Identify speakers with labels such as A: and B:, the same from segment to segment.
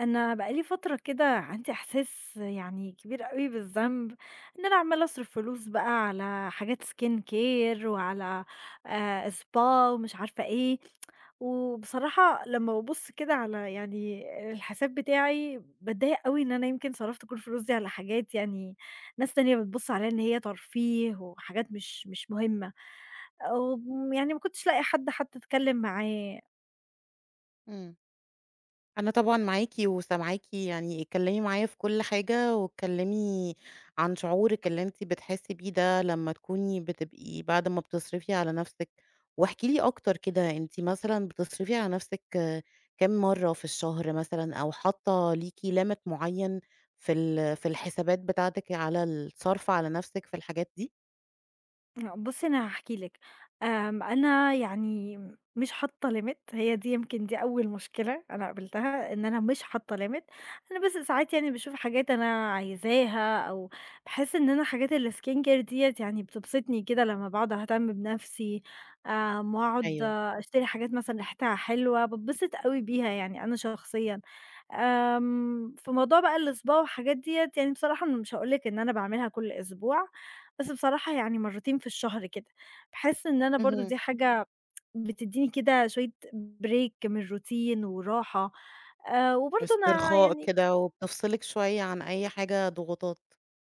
A: أنا بقى لي فترة كده عندي إحساس يعني كبير أوي بالذنب، إن أنا عمّالة أصرف فلوس بقى على حاجات skin care وعلى spa ومش عارفة إيه، وبصراحة لمّا بابُص كده على يعني الحساب بتاعي باتضايق أوي إن أنا يمكن صرفت كل الفلوس دي على حاجات يعني ناس تانية بتبُص عليها إن هي ترفيه وحاجات مش مهمة، يعني ما كنتش لاقية حد حتى أتكلم معاه.
B: إمم. أنا طبعًا معاكِ وسامعاكِ، يعني اتكلّمي معايا في كل حاجة واتكلّمي عن شعورِك اللي أنتِ بتحسّي بيه ده لمّا تكوني بتبقي بعد ما بتصرفي على نَفْسِك، واحكي لي أكتر كده أنتِ مثلًا بتصرفي على نَفْسِك كام مرّة في الشهر مثلًا أو حاطّة ليكِ limit معيّن في ال في الحسابات بتاعتِك على الصرف على نَفْسِك في الحاجات دي؟
A: لأ، بُصّي أنا هاحكي لِك، أنا يعني مش حاطة limit هي دي يمكن دي أول مشكلة أنا قابلتها، إن أنا مش حاطة limit أنا بس ساعات يعني باشوف حاجات أنا عايزاها أو باحس إن أنا حاجات الskin care ديّة يعني بتبسطني كده لمّا باقعد أهتم بنفسي، وأقعد
B: أيوه.
A: أشتري حاجات مثلًا ريحتها حلوة، باتبسط أوي بيها يعني أنا شخصيًا، في موضوع بقى الSpa والحاجات ديّة يعني بصراحة مش هاقول لِك إن أنا باعملها كل أسبوع، بس بصراحة يعني مرّتين في الشهر كده، باحس إن أنا برضه
B: اهم.
A: دي حاجة بتدّيني كده شوية break من الروتين وراحة، وبرضه أنا
B: استرخاء
A: يعني
B: كده وبتفصلِك شوية عن أي حاجة ضغوطات.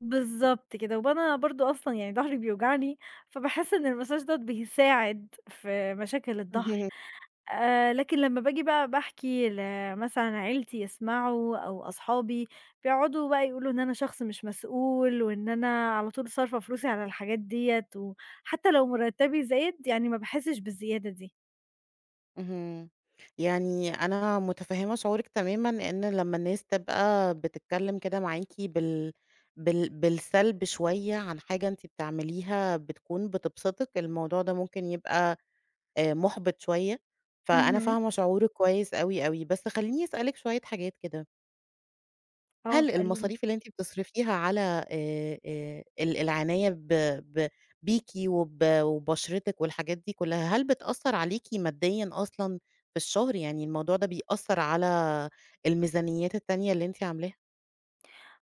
A: بالضبط كده، وأنا برضه أصلًا يعني ضهري بيوجعني، فباحس إن المساج دوّة بيساعد في مشاكل الضهر. لكن لمّا باجي بقى باحكي لمثلًا عيلتي يسمعوا أو أصحابي، بيقعدوا بقى يقولوا إن أنا شخص مش مسؤول وإن أنا على طول صارفة فلوسي على الحاجات ديّة، وحتى لو مُرتّبي زاد يعني ما باحسّش بالزيادة دي.
B: اهم. يعني أنا متفهّمة شعورِك تمامًا، إن لمّا الناس تبقى بتتكلّم كده معاكِ بالسلب شوية عن حاجة أنتِ بتعمليها بتكون بتبسطِك، الموضوع ده ممكن يبقى مُحبِط شوية، فأنا
A: اهم.
B: فاهمة شعورِك كويس أوي، أوي. بس خلّيني أسألِك شوية حاجات كده.
A: آه،
B: هل
A: فقال لي
B: المصاريف اللي أنتِ بتصرفيها على ال العناية ب ب بيكِ وبشرتِك والحاجات دي كلّها، هل بتأثّر عليكِ ماديًا أصلًا في الشهر؟ يعني الموضوع ده بيأثّر على الميزانيات التانية اللي أنتِ عاملاها؟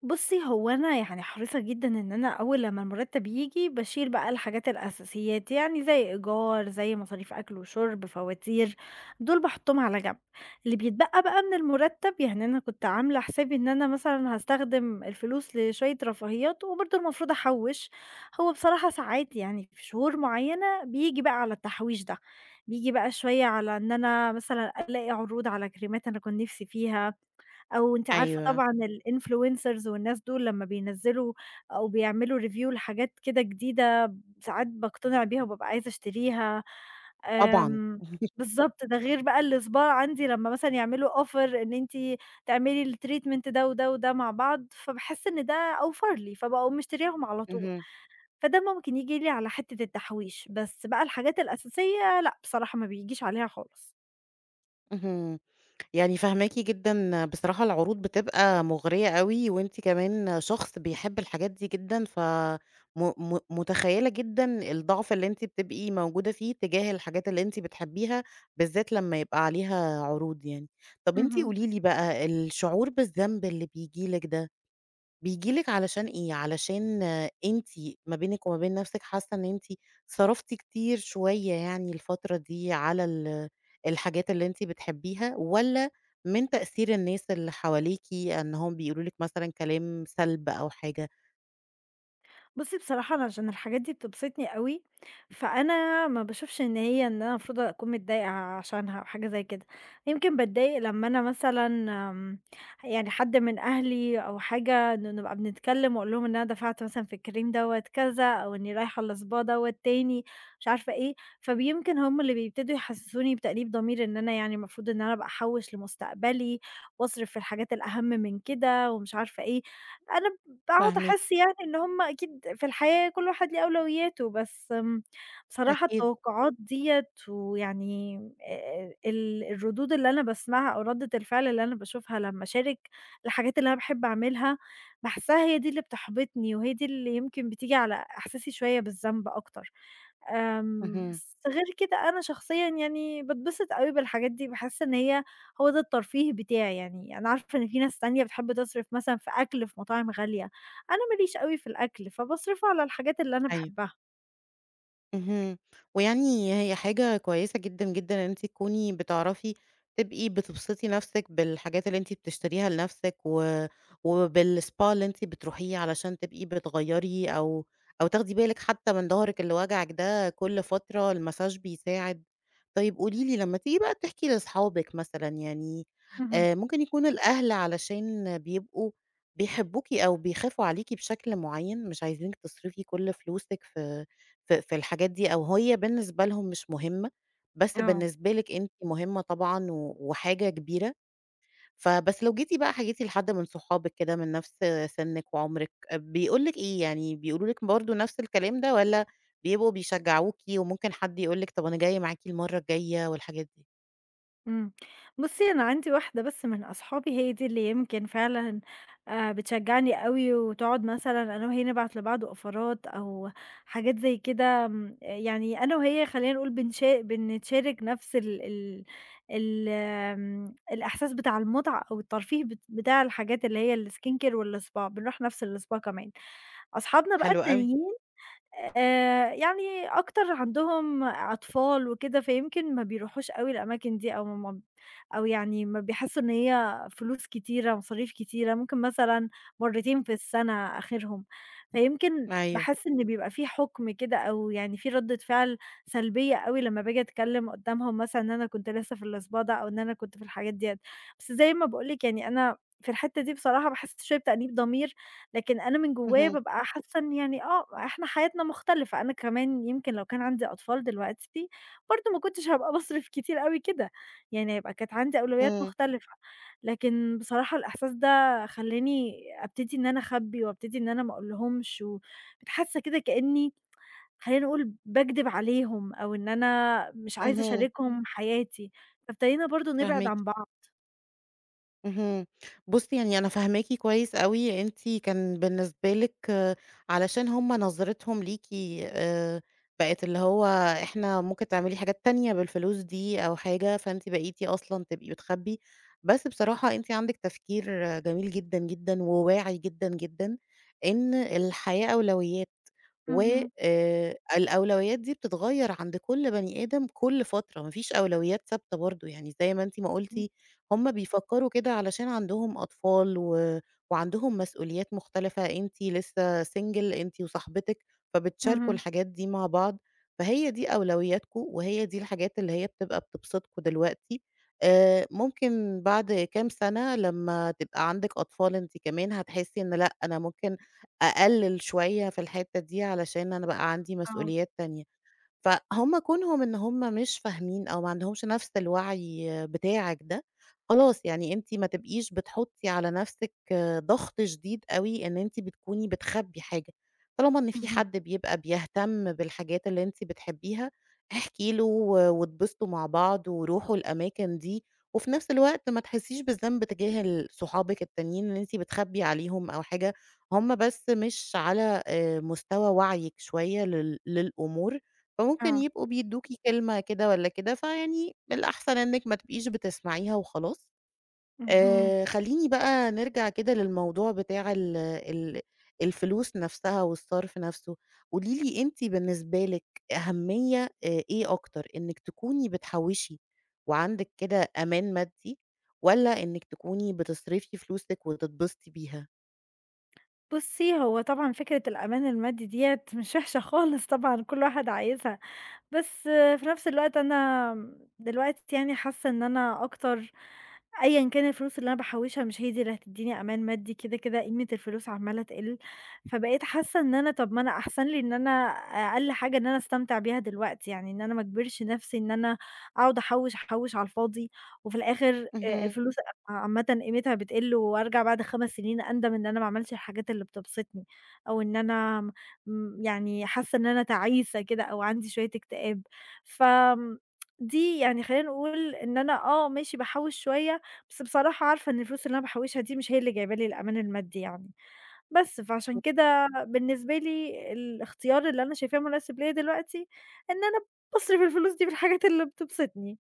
A: بُصّي، هو أنا يعني حريصة جدًا إن أنا أول لمّا المرتّب ييجي باشيل بقى الحاجات الأساسيات، يعني زي إيجار، زي مصاريف أكْل وشُرب، فواتير، دول باحُطّهم على جنب. اللي بيتبقى بقى من المرتّب يعني أنا كنت عاملة حسابي إن أنا مثلًا هاستخدم الفلوس لشوية رفاهيات وبرضه المفروض أحوِّش، هو بصراحة ساعات يعني في شهور معيّنة بييجي بقى على التحويش ده، بييجي بقى شوية على إن أنا مثلًا ألاقي عروض على كريمات أنا كنت نِفْسي فيها. أو أنتِ عارفة
B: أيوه،
A: طبعًا الinfluencers والناس دول لمّا بينزّلوا أو بيعملوا review لحاجات كده جديدة، ساعات باقتنع بيها وبابقى عايزة أشتريها.
B: طبعًا.
A: آمم، بالضبط، ده غير بقى الصباع عندي لمّا مثلًا يعملوا offer إن أنتِ تعملي الtreatment ده وده وده مع بعض، فباحس إن ده أوفر لي، فباقوم مشترياهم على طول.
B: اهم،
A: فده ممكن ييجي لي على حتّة التحويش، بس بقى الحاجات الأساسية لأ، بصراحة ما بيجيش عليها خالص.
B: اهم. يعني فاهماكِ جدًا، بصراحة العروض بتبقى مُغرية أوي، وأنتِ كمان شخص بيحب الحاجات دي جدًا، ف م م متخيلة جدًا الضعف اللي أنتِ بتبقي موجودة فيه تجاه الحاجات اللي أنتِ بتحبيها، بالذات لمّا يبقى عليها عروض يعني. طَب أنتِ
A: اهم.
B: قولي لي بقى الشعور بالذنب اللي بييجي لِك ده بييجي لِك علشان إيه؟ علشان أنتِ ما بينِك وما بين نفسِك حاسة إن أنتِ صرفتِ كتير شوية يعني الفترة دي على الحاجات اللي أنتِ بتحبيها، والّا من تأثير الناس اللي حواليكِ إنهم بيقولوا لِك مثلًا كلام سلب أو حاجة؟
A: بُصّي بصراحة أنا عشان الحاجات دي بتبسطني أوي، فأنا ما باشوفش إن هي إن أنا المفروض أكون متضايقة عشانها أو حاجة زي كده، يمكن باتضايق لمّا أنا مثلًا آمم، يعني حد من أهلي أو حاجة نبقى بنتكلم وأقول لهم إن أنا دفعت مثلًا في الكريم دوّة كذا، أو إني رايحة لSpa دوّة تاني مش عارفة إيه، فبيمكن هم اللي بيبتدوا يحسسوني بتأنيب ضمير إن أنا يعني المفروض إن أنا أبقى أحوّش لمستقبلي، وأصرف في الحاجات الأهم من كده ومش عارفة إيه، أنا باقعد
B: فاهماكِ،
A: أحس يعني إن هُم أكيد في الحياة كل واحد ليه أولوياته، بس بصراحة
B: أكيد.
A: التوقعات ديّة ويعني ال الردود اللي أنا باسمعها أو ردة الفعل اللي أنا باشوفها لمّا أشارك الحاجات اللي أنا باحب أعملها، باحسها هي دي اللي بتحبطني، وهي دي اللي يمكن بتيجي على إحساسي شوية بالذنب أكتر.
B: اهم.
A: بس غير كده أنا شخصيًا يعني باتبسط أوي بالحاجات دي، باحس إن هي هو ده الترفيه بتاعي يعني، أنا عارفة إن في ناس تانية بتحب تصرف مثلًا في أكل في مطاعم غالية، أنا ما ليش أوي في الأكل، فباصرفه على الحاجات اللي أنا
B: أيوه.
A: باحبها.
B: اهم. ويعني هي حاجة كويسة جدًا، جدًا إن أنتِ تكوني بتعرفي تبقي بتبسطي نَفْسِك بالحاجات اللي أنتِ بتشتريها لنَفْسِك وبالSpa اللي أنتِ بتروحيه علشان تبقي بتغيّري أو تاخدي بالِك حتّى من ضهرِك اللي واجعِك ده كل فترة المساج بيساعد. طيب قولي لي لمّا تيجي بقى تحكي لأصحابِك مثلًا يعني
A: اهم.
B: ممكن يكون الأهل علشان بيبقوا بيحبوكِ أو بيخافوا عليكِ بشكل معيّن، مش عايزينِك تصرفي كل فلوسِك في الحاجات دي أو هي بالنسبة لهم مش مهمة، بس
A: آه.
B: بالنسبة لِك أنتِ مهمة طبعًا وحاجة كبيرة، فبس لو جيتِ بقى حكيتِ لحد من صحابِك كده من نفس سنِّك وعمرِك، بيقول لِك إيه؟ يعني بيقولوا لِك برضه نفس الكلام ده والّا بيبقوا بيشجعوكِ وممكن حد يقول لِك طب أنا جاي معاكِ المرّة الجاية والحاجات دي؟
A: إمم. بُصّي، أنا عندي واحدة بس من أصحابي هي دي اللي يمكن فعلًا بتشجّعني أوي وتقعد مثلًا أنا وهي نبعت لبعض أوفرات أو حاجات زي كده يعني أنا وهي خلّينا نقول بنتشارك نفس ال ال ال آمم، الإحساس بتاع المتعة أو الترفيه بتاع الحاجات اللي هي الskin care والSpa بنروح نفس الSpa كمان. أصحابنا بقى
B: حلو أوي،
A: التانيين يعني أكتر عندهم أطفال وكده، فيمكن ما بيروحوش أوي الأماكن دي أو يعني ما بيحسّوا إن هي فلوس كتيرة، مصاريف كتيرة، ممكن مثلًا مرّتين في السَنة آخرهم، فيمكن
B: أيوه.
A: باحس إن بيبقى في حُكم كده أو يعني في ردّة فعل سلبية أوي لمّا باجي أتكلّم قُدّامهم مثلًا إن أنا كنت لسّه في الأسبوع ده أو إن أنا كنت في الحاجات ديّة، بس زي ما باقول لِك يعني أنا في الحتّة دي بصراحة باحس شوية بتأنيب ضمير، لكن أنا من جوّايا
B: اهم،
A: بابقى حاسّة إن يعني آه، إحنا حياتنا مختلفة، أنا كمان يمكن لو كان عندي أطفال دلوقتي برضه ما كنتش هابقى باصرف كتير أوي كده. يعني هيبقى كانت عندي أولويات
B: إمم،
A: مختلفة، لكن بصراحة الإحساس ده خلّاني أبتدي إن أنا أخبّي وأبتدي إن أنا ما أقولهمش، وبقيت حاسة كده كإني خلّينا نقول باكدب عليهم، أو إن أنا مش عايزة
B: اهم،
A: أشاركهم حياتي، فابتدينا برضه نبعد
B: فاهماكِ.
A: عن بعض.
B: اهم. بُصّي، يعني أنا فاهماكِ كويس أوي، أنتِ كان بالنسبة لِك آه، علشان هُم نظرتهم ليكِ آآ بقت اللي هو إحنا ممكن تعملي حاجات تانية بالفلوس دي أو حاجة، فأنتِ بقيتِ أصلًا تبقي بتخبّي، بس بصراحة أنتِ عندِك تفكير آه، جميل جدًا، جدًا وواعي جدًا، جدًا إن الحياة أولويات. و
A: اهم،
B: الأولويات دي بتتغيّر عند كل بني آدم كل فترة، ما فيش أولويات ثابتة برضه، يعني زي ما أنتِ ما قُلتِ هم بيفكّروا كده علشان عندهم أطفال وعندهم مسؤوليات مختلفة، أنتِ لسه single أنتِ وصاحبتِك، فبتشاركوا
A: اهم،
B: الحاجات دي مع بعض، فهي دي أولوياتكم وهي دي الحاجات اللي هي بتبقى بتبسطكم دلوقتي. ممكن بعد كام سَنة لمّا تبقى عندِك أطفال أنتِ كمان هتحسّي إن لأ، أنا ممكن أقلِّل شوية في الحتّة دي علشان أنا بقى عندي
A: آه،
B: مسؤوليات تانية. فهُم كونهم إن هُم مش فاهمين أو ما عندهمش نفس الوعي بتاعك ده، خلاص يعني أنتِ ما تبقيش بتحطّي على نفسِك ضغط شديد أوي إن أنتِ بتكوني بتخبّي حاجة، طالما إن في
A: اهم،
B: حد بيبقى بيهتم بالحاجات اللي أنتِ بتحبيها، احكي له واتبسطوا مع بعض وروحوا الأماكن دي، وفي نفس الوقت ما تحسّيش بالذنب تجاه ال صحابِك التانيين إن أنتِ بتخبّي عليهم أو حاجة، هُم بس مش على مستوى وعيِك شوية للأمور. فممكن
A: آه،
B: يبقوا بيدّوكِ كلمة كده والّا كده، فيعني الأحسن إنِّك ما تبقيش بتسمعيها وخلاص.
A: اهم.
B: خلّيني بقى نرجع كده للموضوع بتاع ال ال الفلوس نَفْسها والصرف نَفْسه. قولي لي أنتِ بالنسبة لِك أهمية إيه أكتر، إنِّك تكوني بتحوّشي وعندِك كده أمان مادّي والّا إنِّك تكوني بتصرفي فلوسِك وتتبسطي بيها؟
A: بُصّي، هو طبعًا فكرة الأمان المادي ديّة مش وحشة خالص طبعًا كل واحد عايزها. بس في نفس الوقت أنا دلوقتي يعني حاسة إن أنا أكتر أيًا كان الفلوس اللي أنا باحوّشها مش هي دي اللي هتدّيني أمان مادي، كده، كده قيمة الفلوس عمّالة تقِل، فبقيت حاسة إن أنا طَب ما أنا أحسن لي إن أنا أقل حاجة إن أنا أستمتع بيها دلوقتي، يعني إن أنا ما أجبرش نفسي إن أنا أقعد أحوّش، أحوّش على الفاضي وفي الآخر
B: مهم.
A: الفلوس عامةً قيمتها بتقِل وأرجع بعد 5 سنين أندم إن أنا ما عملتش الحاجات اللي بتبسطني أو إن أنا يعني حاسة إن أنا تعيسة كده أو عندي شوية اكتئاب، فآمم دي يعني خلّينا نقول إن أنا آه ماشي باحوّش شوية، بس بصراحة عارفة إن الفلوس اللي أنا باحوّشها دي مش هي اللي جايبة لي الأمان المادي يعني، بس فعشان كده بالنسبة لي الاختيار اللي أنا شايفاه مناسب ليّا دلوقتي، إن أنا باصرف الفلوس دي في الحاجات اللي بتبسطني.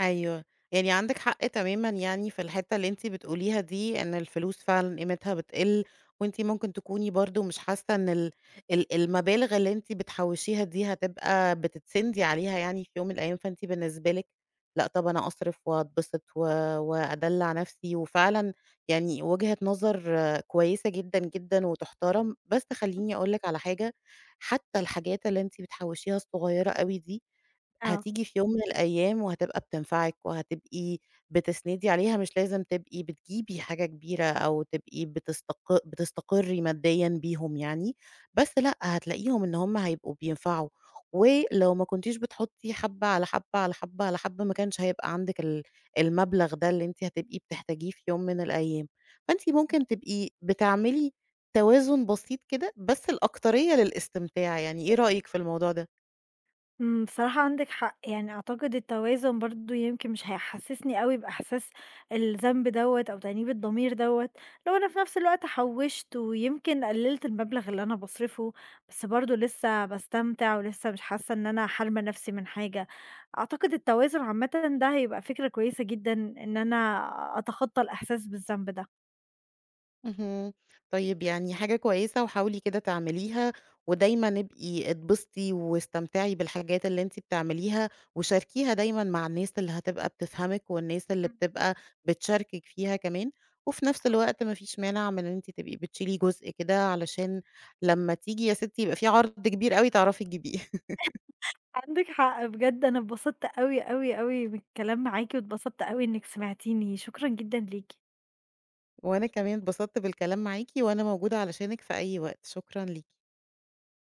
B: أيوه، يعني عندِك حق تمامًا يعني في الحتّة اللي أنتِ بتقوليها دي، إن الفلوس فعلًا قيمتها بتقِل، وأنتِ ممكن تكوني برضه مش حاسة إن ال ال المبالغ اللي أنتِ بتحوّشيها دي هتبقى بتتسندي عليها يعني في يوم من الأيام، فأنتِ بالنسبة لِك لأ طَب أنا أصرف وأتبسط وأدلّع نَفْسي، وفعلًا يعني وجهة نظر آه، كويسة جدًا، جدًا وتُحترم، بس خلّيني أقول لِك على حاجة، حتى الحاجات اللي أنتِ بتحوّشيها الصغيّرة أوي دي
A: آه.
B: هتيجي في يوم من الأيام وهتبقى بتنفعِك وهتبقي بتسندي عليها، مش لازم تبقي بتجيبي حاجة كبيرة أو تبقي بتستقري ماديًا بيهم يعني، بس لأ، هتلاقيهم إن هم هيبقوا بينفعوا، ولو ما كنتيش بتحطي حبة على حبة على حبة على حبة، ما كانش هيبقى عندِك المبلغ ده اللي أنتِ هتبقي بتحتاجيه في يوم من الأيام، فأنتِ ممكن تبقي بتعملي توازن بسيط كده، بس الأكترية للاستمتاع، يعني إيه رأيِك في الموضوع ده؟
A: إمم، بصراحة عندِك حق، يعني أعتقد التوازن برضه يمكن مش هيحسسني أوي بإحساس الذنب دوّة أو تأنيب الضمير دوّة، لو أنا في نفس الوقت حوشت ويمكن قللت المبلغ اللي أنا باصرفه، بس برضه لسه باستمتع ولسه مش حاسة إن أنا حارمة نفسي من حاجة، أعتقد التوازن عامةً ده هيبقى فكرة كويسة جدًا إن أنا أتخطى الإحساس بالذنب ده.
B: اهم. طيب يعني حاجة كويسة وحاولي كده تعمليها، ودايمًا ابقي اتبسطي واستمتعي بالحاجات اللي أنتِ بتعمليها، وشاركيها دايمًا مع الناس اللي هتبقى بتفهمِك والناس اللي
A: إمم.
B: بتبقى بتشاركِك فيها كمان، وفي نفس الوقت ما فيش مانع من إن أنتِ تبقي بتشيلي جزء كده علشان لمّا تيجي يا ستي يبقى في عرض كبير أوي تعرفي تجيبيه.
A: عندِك حق بجد، أنا اتبسطت أوي، أوي، أوي من الكلام معاكِ واتبسطت أوي إنِك سمعتيني، شكرًا جدًا ليكِ.
B: وأنا كمان اتبسطت بالكلام معاكِ، وأنا موجودة علشانِك في أي وقت، شكرًا ليكِ.